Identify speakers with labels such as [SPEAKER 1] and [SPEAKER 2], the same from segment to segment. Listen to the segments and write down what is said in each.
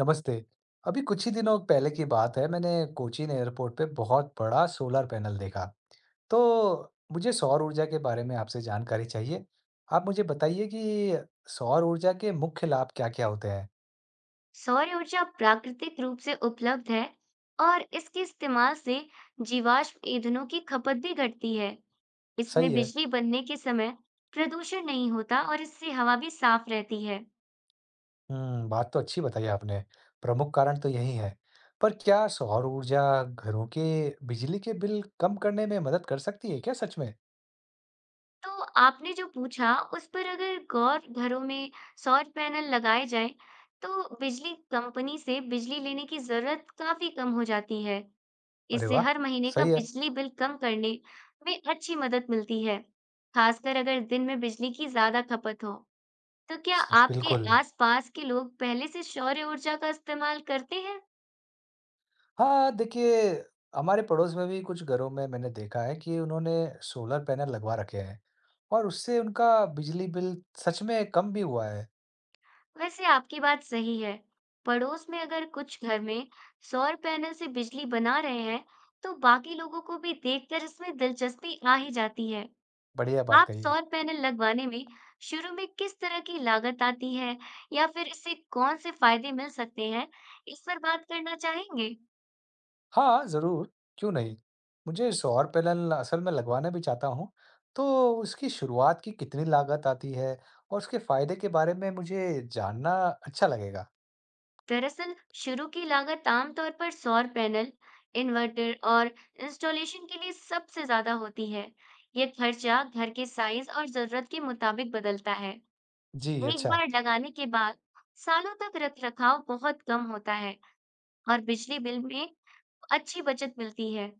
[SPEAKER 1] नमस्ते। अभी कुछ ही दिनों पहले की बात है, मैंने कोचीन एयरपोर्ट पे बहुत बड़ा सोलर पैनल देखा। तो मुझे सौर ऊर्जा के बारे में आपसे जानकारी चाहिए। आप मुझे बताइए कि सौर ऊर्जा के मुख्य लाभ क्या-क्या होते हैं?
[SPEAKER 2] सौर ऊर्जा प्राकृतिक रूप से उपलब्ध है और इसके इस्तेमाल से जीवाश्म ईंधनों की खपत भी घटती है। इसमें
[SPEAKER 1] सही है।
[SPEAKER 2] बिजली बनने के समय प्रदूषण नहीं होता और इससे हवा भी साफ रहती है।
[SPEAKER 1] बात तो अच्छी बताई आपने। प्रमुख कारण तो यही है। पर क्या सौर ऊर्जा घरों के बिजली के बिल कम करने में मदद कर सकती है क्या सच में?
[SPEAKER 2] तो आपने जो पूछा उस पर अगर गौर घरों में सौर पैनल लगाए जाएं, तो बिजली कंपनी से बिजली लेने की जरूरत काफी कम हो जाती है।
[SPEAKER 1] अरे
[SPEAKER 2] इससे
[SPEAKER 1] वाह!
[SPEAKER 2] हर महीने का
[SPEAKER 1] सही है।
[SPEAKER 2] बिजली बिल कम करने में अच्छी मदद मिलती है, खासकर अगर दिन में बिजली की ज्यादा खपत हो। तो क्या
[SPEAKER 1] स
[SPEAKER 2] आपके
[SPEAKER 1] बिल्कुल।
[SPEAKER 2] आसपास के लोग पहले से सौर ऊर्जा का इस्तेमाल करते हैं?
[SPEAKER 1] हाँ, देखिए, हमारे पड़ोस में भी कुछ घरों में मैंने देखा है कि उन्होंने सोलर पैनल लगवा रखे हैं और उससे उनका बिजली बिल सच में कम भी हुआ है।
[SPEAKER 2] वैसे आपकी बात सही है। पड़ोस में अगर कुछ घर में सौर पैनल से बिजली बना रहे हैं, तो बाकी लोगों को भी देखकर इसमें दिलचस्पी आ ही जाती है।
[SPEAKER 1] बढ़िया बात
[SPEAKER 2] आप
[SPEAKER 1] कही।
[SPEAKER 2] सौर पैनल लगवाने में शुरू में किस तरह की लागत आती है, या फिर इससे कौन से फायदे मिल सकते हैं, इस पर बात करना चाहेंगे?
[SPEAKER 1] हाँ, ज़रूर, क्यों नहीं। मुझे सौर पैनल असल में लगवाना भी चाहता हूँ, तो उसकी शुरुआत की कितनी लागत आती है और उसके फायदे के बारे में मुझे जानना अच्छा लगेगा।
[SPEAKER 2] दरअसल शुरू की लागत आमतौर पर सौर पैनल, इन्वर्टर और इंस्टॉलेशन के लिए सबसे ज्यादा होती है। ये खर्चा घर के साइज और जरूरत के मुताबिक बदलता है।
[SPEAKER 1] जी,
[SPEAKER 2] एक
[SPEAKER 1] अच्छा,
[SPEAKER 2] बार लगाने के बाद सालों तक रखरखाव बहुत कम होता है और बिजली बिल में अच्छी बचत मिलती है।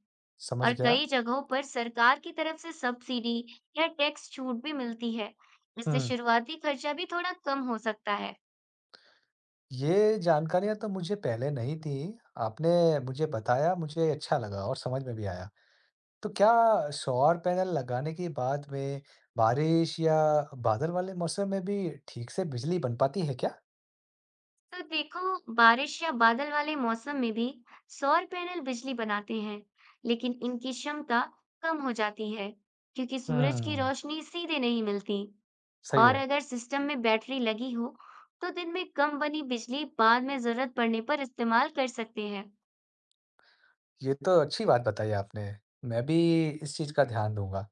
[SPEAKER 1] समझ
[SPEAKER 2] और
[SPEAKER 1] गया।
[SPEAKER 2] कई जगहों पर सरकार की तरफ से सब्सिडी या टैक्स छूट भी मिलती है। इससे
[SPEAKER 1] हुँ।
[SPEAKER 2] शुरुआती खर्चा भी थोड़ा कम हो सकता है।
[SPEAKER 1] ये जानकारियाँ तो मुझे पहले नहीं थी। आपने मुझे बताया, मुझे अच्छा लगा और समझ में भी आया। तो क्या सौर पैनल लगाने के बाद में बारिश या बादल वाले मौसम में भी ठीक से बिजली बन पाती है क्या?
[SPEAKER 2] तो देखो, बारिश या बादल वाले मौसम में भी सौर पैनल बिजली बनाते हैं, लेकिन इनकी क्षमता कम हो जाती है, क्योंकि सूरज की
[SPEAKER 1] हुँ,
[SPEAKER 2] रोशनी सीधे नहीं मिलती।
[SPEAKER 1] सही
[SPEAKER 2] और
[SPEAKER 1] है।
[SPEAKER 2] अगर सिस्टम में बैटरी लगी हो, तो दिन में कम बनी बिजली बाद में जरूरत पड़ने पर इस्तेमाल कर सकते हैं।
[SPEAKER 1] ये तो अच्छी बात बताई आपने। मैं भी इस चीज़ का ध्यान दूँगा।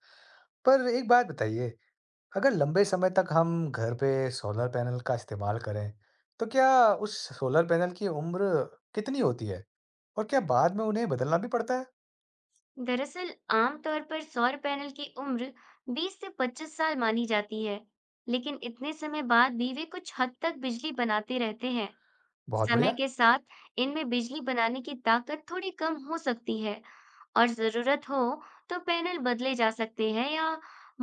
[SPEAKER 1] पर एक बात बताइए, अगर लंबे समय तक हम घर पे सोलर पैनल का इस्तेमाल करें, तो क्या उस सोलर पैनल की उम्र कितनी होती है? और क्या बाद में उन्हें बदलना भी पड़ता है?
[SPEAKER 2] दरअसल आमतौर पर सौर पैनल की उम्र 20 से 25 साल मानी जाती है, लेकिन इतने समय बाद भी वे कुछ हद तक बिजली बनाते रहते हैं।
[SPEAKER 1] बहुत
[SPEAKER 2] समय
[SPEAKER 1] बढ़िया,
[SPEAKER 2] के साथ इनमें बिजली बनाने की ताकत थोड़ी कम हो सकती है और जरूरत हो तो पैनल बदले जा सकते हैं या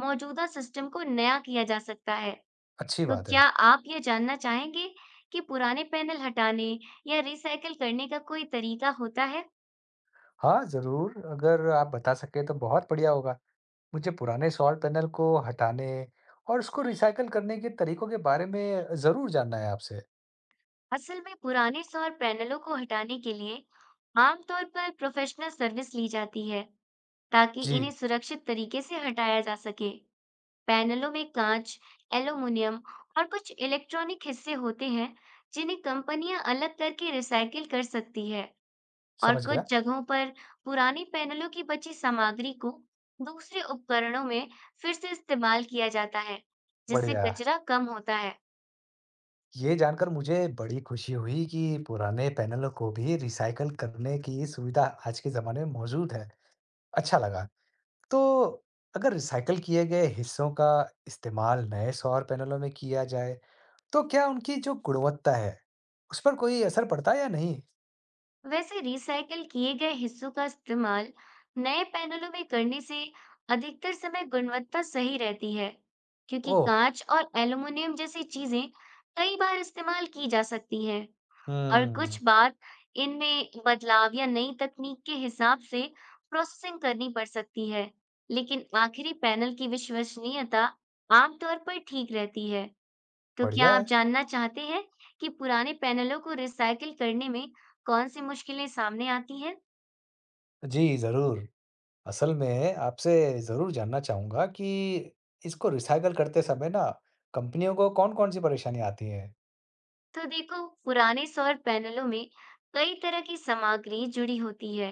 [SPEAKER 2] मौजूदा सिस्टम को नया किया जा सकता है।
[SPEAKER 1] अच्छी
[SPEAKER 2] तो
[SPEAKER 1] बात
[SPEAKER 2] क्या
[SPEAKER 1] है।
[SPEAKER 2] आप ये जानना चाहेंगे कि पुराने पैनल हटाने या रिसाइकल करने का कोई तरीका होता है?
[SPEAKER 1] हाँ, ज़रूर, अगर आप बता सकें तो बहुत बढ़िया होगा। मुझे पुराने सोलर पैनल को हटाने और उसको रिसाइकल करने के तरीकों के बारे में ज़रूर जानना है आपसे।
[SPEAKER 2] असल में पुराने सौर पैनलों को हटाने के लिए आमतौर पर प्रोफेशनल सर्विस ली जाती है, ताकि इन्हें
[SPEAKER 1] जी,
[SPEAKER 2] सुरक्षित तरीके से हटाया जा सके। पैनलों में कांच, एल्यूमीनियम और कुछ इलेक्ट्रॉनिक हिस्से होते हैं, जिन्हें कंपनियां अलग करके रिसाइकिल कर सकती है। और
[SPEAKER 1] समझ गया।
[SPEAKER 2] कुछ जगहों पर पुरानी पैनलों की बची सामग्री को दूसरे उपकरणों में फिर से इस्तेमाल किया जाता है, जिससे
[SPEAKER 1] बढ़िया।
[SPEAKER 2] कचरा कम होता है।
[SPEAKER 1] ये जानकर मुझे बड़ी खुशी हुई कि पुराने पैनलों को भी रिसाइकल करने की सुविधा आज के ज़माने में मौजूद है। अच्छा लगा। तो अगर रिसाइकल किए गए हिस्सों का इस्तेमाल नए सौर पैनलों में किया जाए, तो क्या उनकी जो गुणवत्ता है, उस पर कोई असर पड़ता है या नहीं?
[SPEAKER 2] वैसे रिसाइकल किए गए हिस्सों का इस्तेमाल नए पैनलों में करने से अधिकतर समय गुणवत्ता सही रहती है, क्योंकि
[SPEAKER 1] ओह!
[SPEAKER 2] कांच और एल्युमिनियम जैसी चीजें कई बार इस्तेमाल की जा सकती हैं। और कुछ
[SPEAKER 1] हम्म,
[SPEAKER 2] बार इनमें बदलाव या नई तकनीक के हिसाब से प्रोसेसिंग करनी पड़ सकती है, लेकिन आखिरी पैनल की विश्वसनीयता आमतौर पर ठीक रहती है। तो क्या
[SPEAKER 1] बढ़िया
[SPEAKER 2] आप
[SPEAKER 1] है।
[SPEAKER 2] जानना चाहते हैं कि पुराने पैनलों को रिसाइकिल करने में कौन सी मुश्किलें सामने आती हैं?
[SPEAKER 1] जी, ज़रूर। असल में आपसे ज़रूर जानना चाहूँगा कि इसको रिसाइकल करते समय ना कंपनियों को कौन-कौन सी परेशानियाँ आती हैं?
[SPEAKER 2] तो देखो, पुराने सौर पैनलों में कई तरह की सामग्री जुड़ी होती है,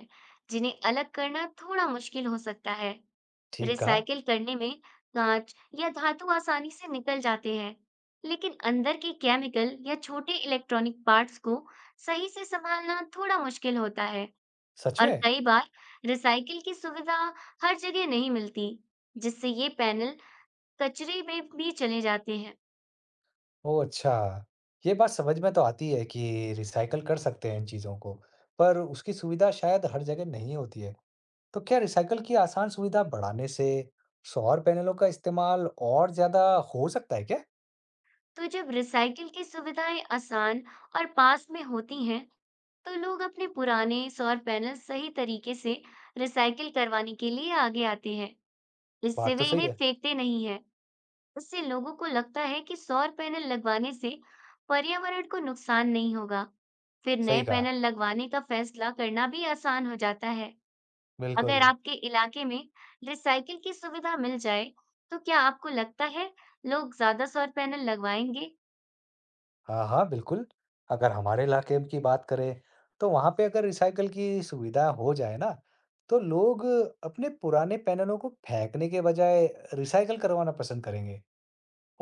[SPEAKER 2] जिन्हें अलग करना थोड़ा मुश्किल हो सकता है।
[SPEAKER 1] ठीक कहा।
[SPEAKER 2] रिसाइकिल करने में कांच या धातु आसानी से निकल जाते हैं, लेकिन अंदर के केमिकल या छोटे इलेक्ट्रॉनिक पार्ट्स को सही से संभालना थोड़ा मुश्किल होता है।
[SPEAKER 1] सच
[SPEAKER 2] और
[SPEAKER 1] में?
[SPEAKER 2] कई बार रिसाइकिल की सुविधा हर जगह नहीं मिलती, जिससे ये पैनल कचरे में भी चले जाते हैं।
[SPEAKER 1] ओह अच्छा! ये बात समझ में तो आती है कि रिसाइकल कर सकते हैं इन चीज़ों को, पर उसकी सुविधा शायद हर जगह नहीं होती है। तो क्या रिसाइकल की आसान सुविधा बढ़ाने से सौर पैनलों का इस्तेमाल और ज़्यादा हो सकता है क्या?
[SPEAKER 2] तो जब रिसाइकिल की सुविधाएं आसान और पास में होती हैं, तो लोग अपने पुराने सौर पैनल सही तरीके से रिसाइकिल करवाने के लिए आगे आते हैं। इससे
[SPEAKER 1] बात तो
[SPEAKER 2] वे
[SPEAKER 1] सही
[SPEAKER 2] इन्हें
[SPEAKER 1] है,
[SPEAKER 2] फेंकते नहीं हैं। इससे लोगों को लगता है कि सौर पैनल लगवाने से पर्यावरण को नुकसान नहीं होगा। फिर
[SPEAKER 1] सही
[SPEAKER 2] नए
[SPEAKER 1] कहा,
[SPEAKER 2] पैनल लगवाने का फैसला करना भी आसान हो जाता है। अगर
[SPEAKER 1] बिल्कुल।
[SPEAKER 2] आपके इलाके में रिसाइकिल की सुविधा मिल जाए, तो क्या आपको लगता है लोग ज्यादा सौर पैनल लगवाएंगे?
[SPEAKER 1] हाँ, हाँ, बिल्कुल। अगर हमारे इलाके की बात करें, तो वहाँ पे अगर रिसाइकल की सुविधा हो जाए ना, तो लोग अपने पुराने पैनलों को फेंकने के बजाय रिसाइकल करवाना पसंद करेंगे।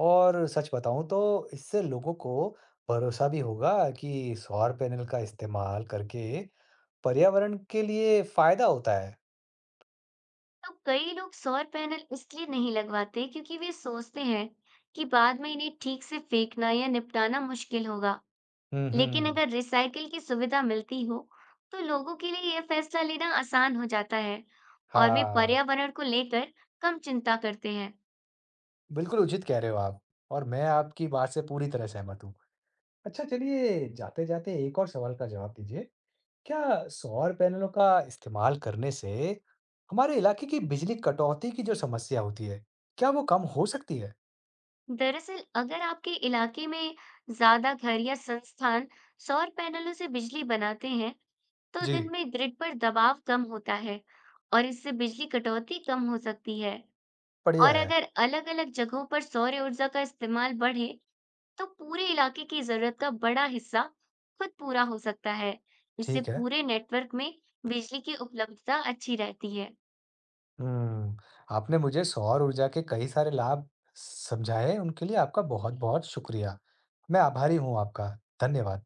[SPEAKER 1] और सच बताऊँ तो इससे लोगों को भरोसा भी होगा कि सौर पैनल का इस्तेमाल करके पर्यावरण के लिए फायदा होता है।
[SPEAKER 2] तो कई लोग सौर पैनल इसलिए नहीं लगवाते, क्योंकि वे सोचते हैं कि बाद में इन्हें ठीक से फेंकना या निपटाना मुश्किल होगा।
[SPEAKER 1] हुँ,
[SPEAKER 2] लेकिन
[SPEAKER 1] हुँ।
[SPEAKER 2] अगर रिसाइकिल की सुविधा मिलती हो, तो लोगों के लिए यह फैसला लेना आसान हो जाता है और वे
[SPEAKER 1] हाँ,
[SPEAKER 2] पर्यावरण को लेकर कम चिंता करते हैं।
[SPEAKER 1] बिल्कुल उचित कह रहे हो आप और मैं आपकी बात से पूरी तरह सहमत हूँ। अच्छा चलिए, जाते-जाते एक और सवाल का जवाब दीजिए। क्या सौर पैनलों का इस्तेमाल करने से हमारे इलाके की बिजली कटौती की जो समस्या होती है, क्या वो कम हो सकती है?
[SPEAKER 2] दरअसल अगर आपके इलाके में ज्यादा घर या संस्थान सौर पैनलों से बिजली बनाते हैं, तो दिन
[SPEAKER 1] जी,
[SPEAKER 2] में ग्रिड पर दबाव कम होता है और इससे बिजली कटौती कम हो सकती है।
[SPEAKER 1] बढ़िया
[SPEAKER 2] और
[SPEAKER 1] है।
[SPEAKER 2] अगर अलग-अलग जगहों पर सौर ऊर्जा का इस्तेमाल बढ़े, तो पूरे इलाके की जरूरत का बड़ा हिस्सा खुद पूरा हो सकता है। इससे
[SPEAKER 1] ठीक है।
[SPEAKER 2] पूरे नेटवर्क में बिजली की उपलब्धता अच्छी रहती है।
[SPEAKER 1] हुँ, आपने मुझे सौर ऊर्जा के कई सारे लाभ समझाए, उनके लिए आपका बहुत-बहुत शुक्रिया। मैं आभारी हूँ आपका। धन्यवाद।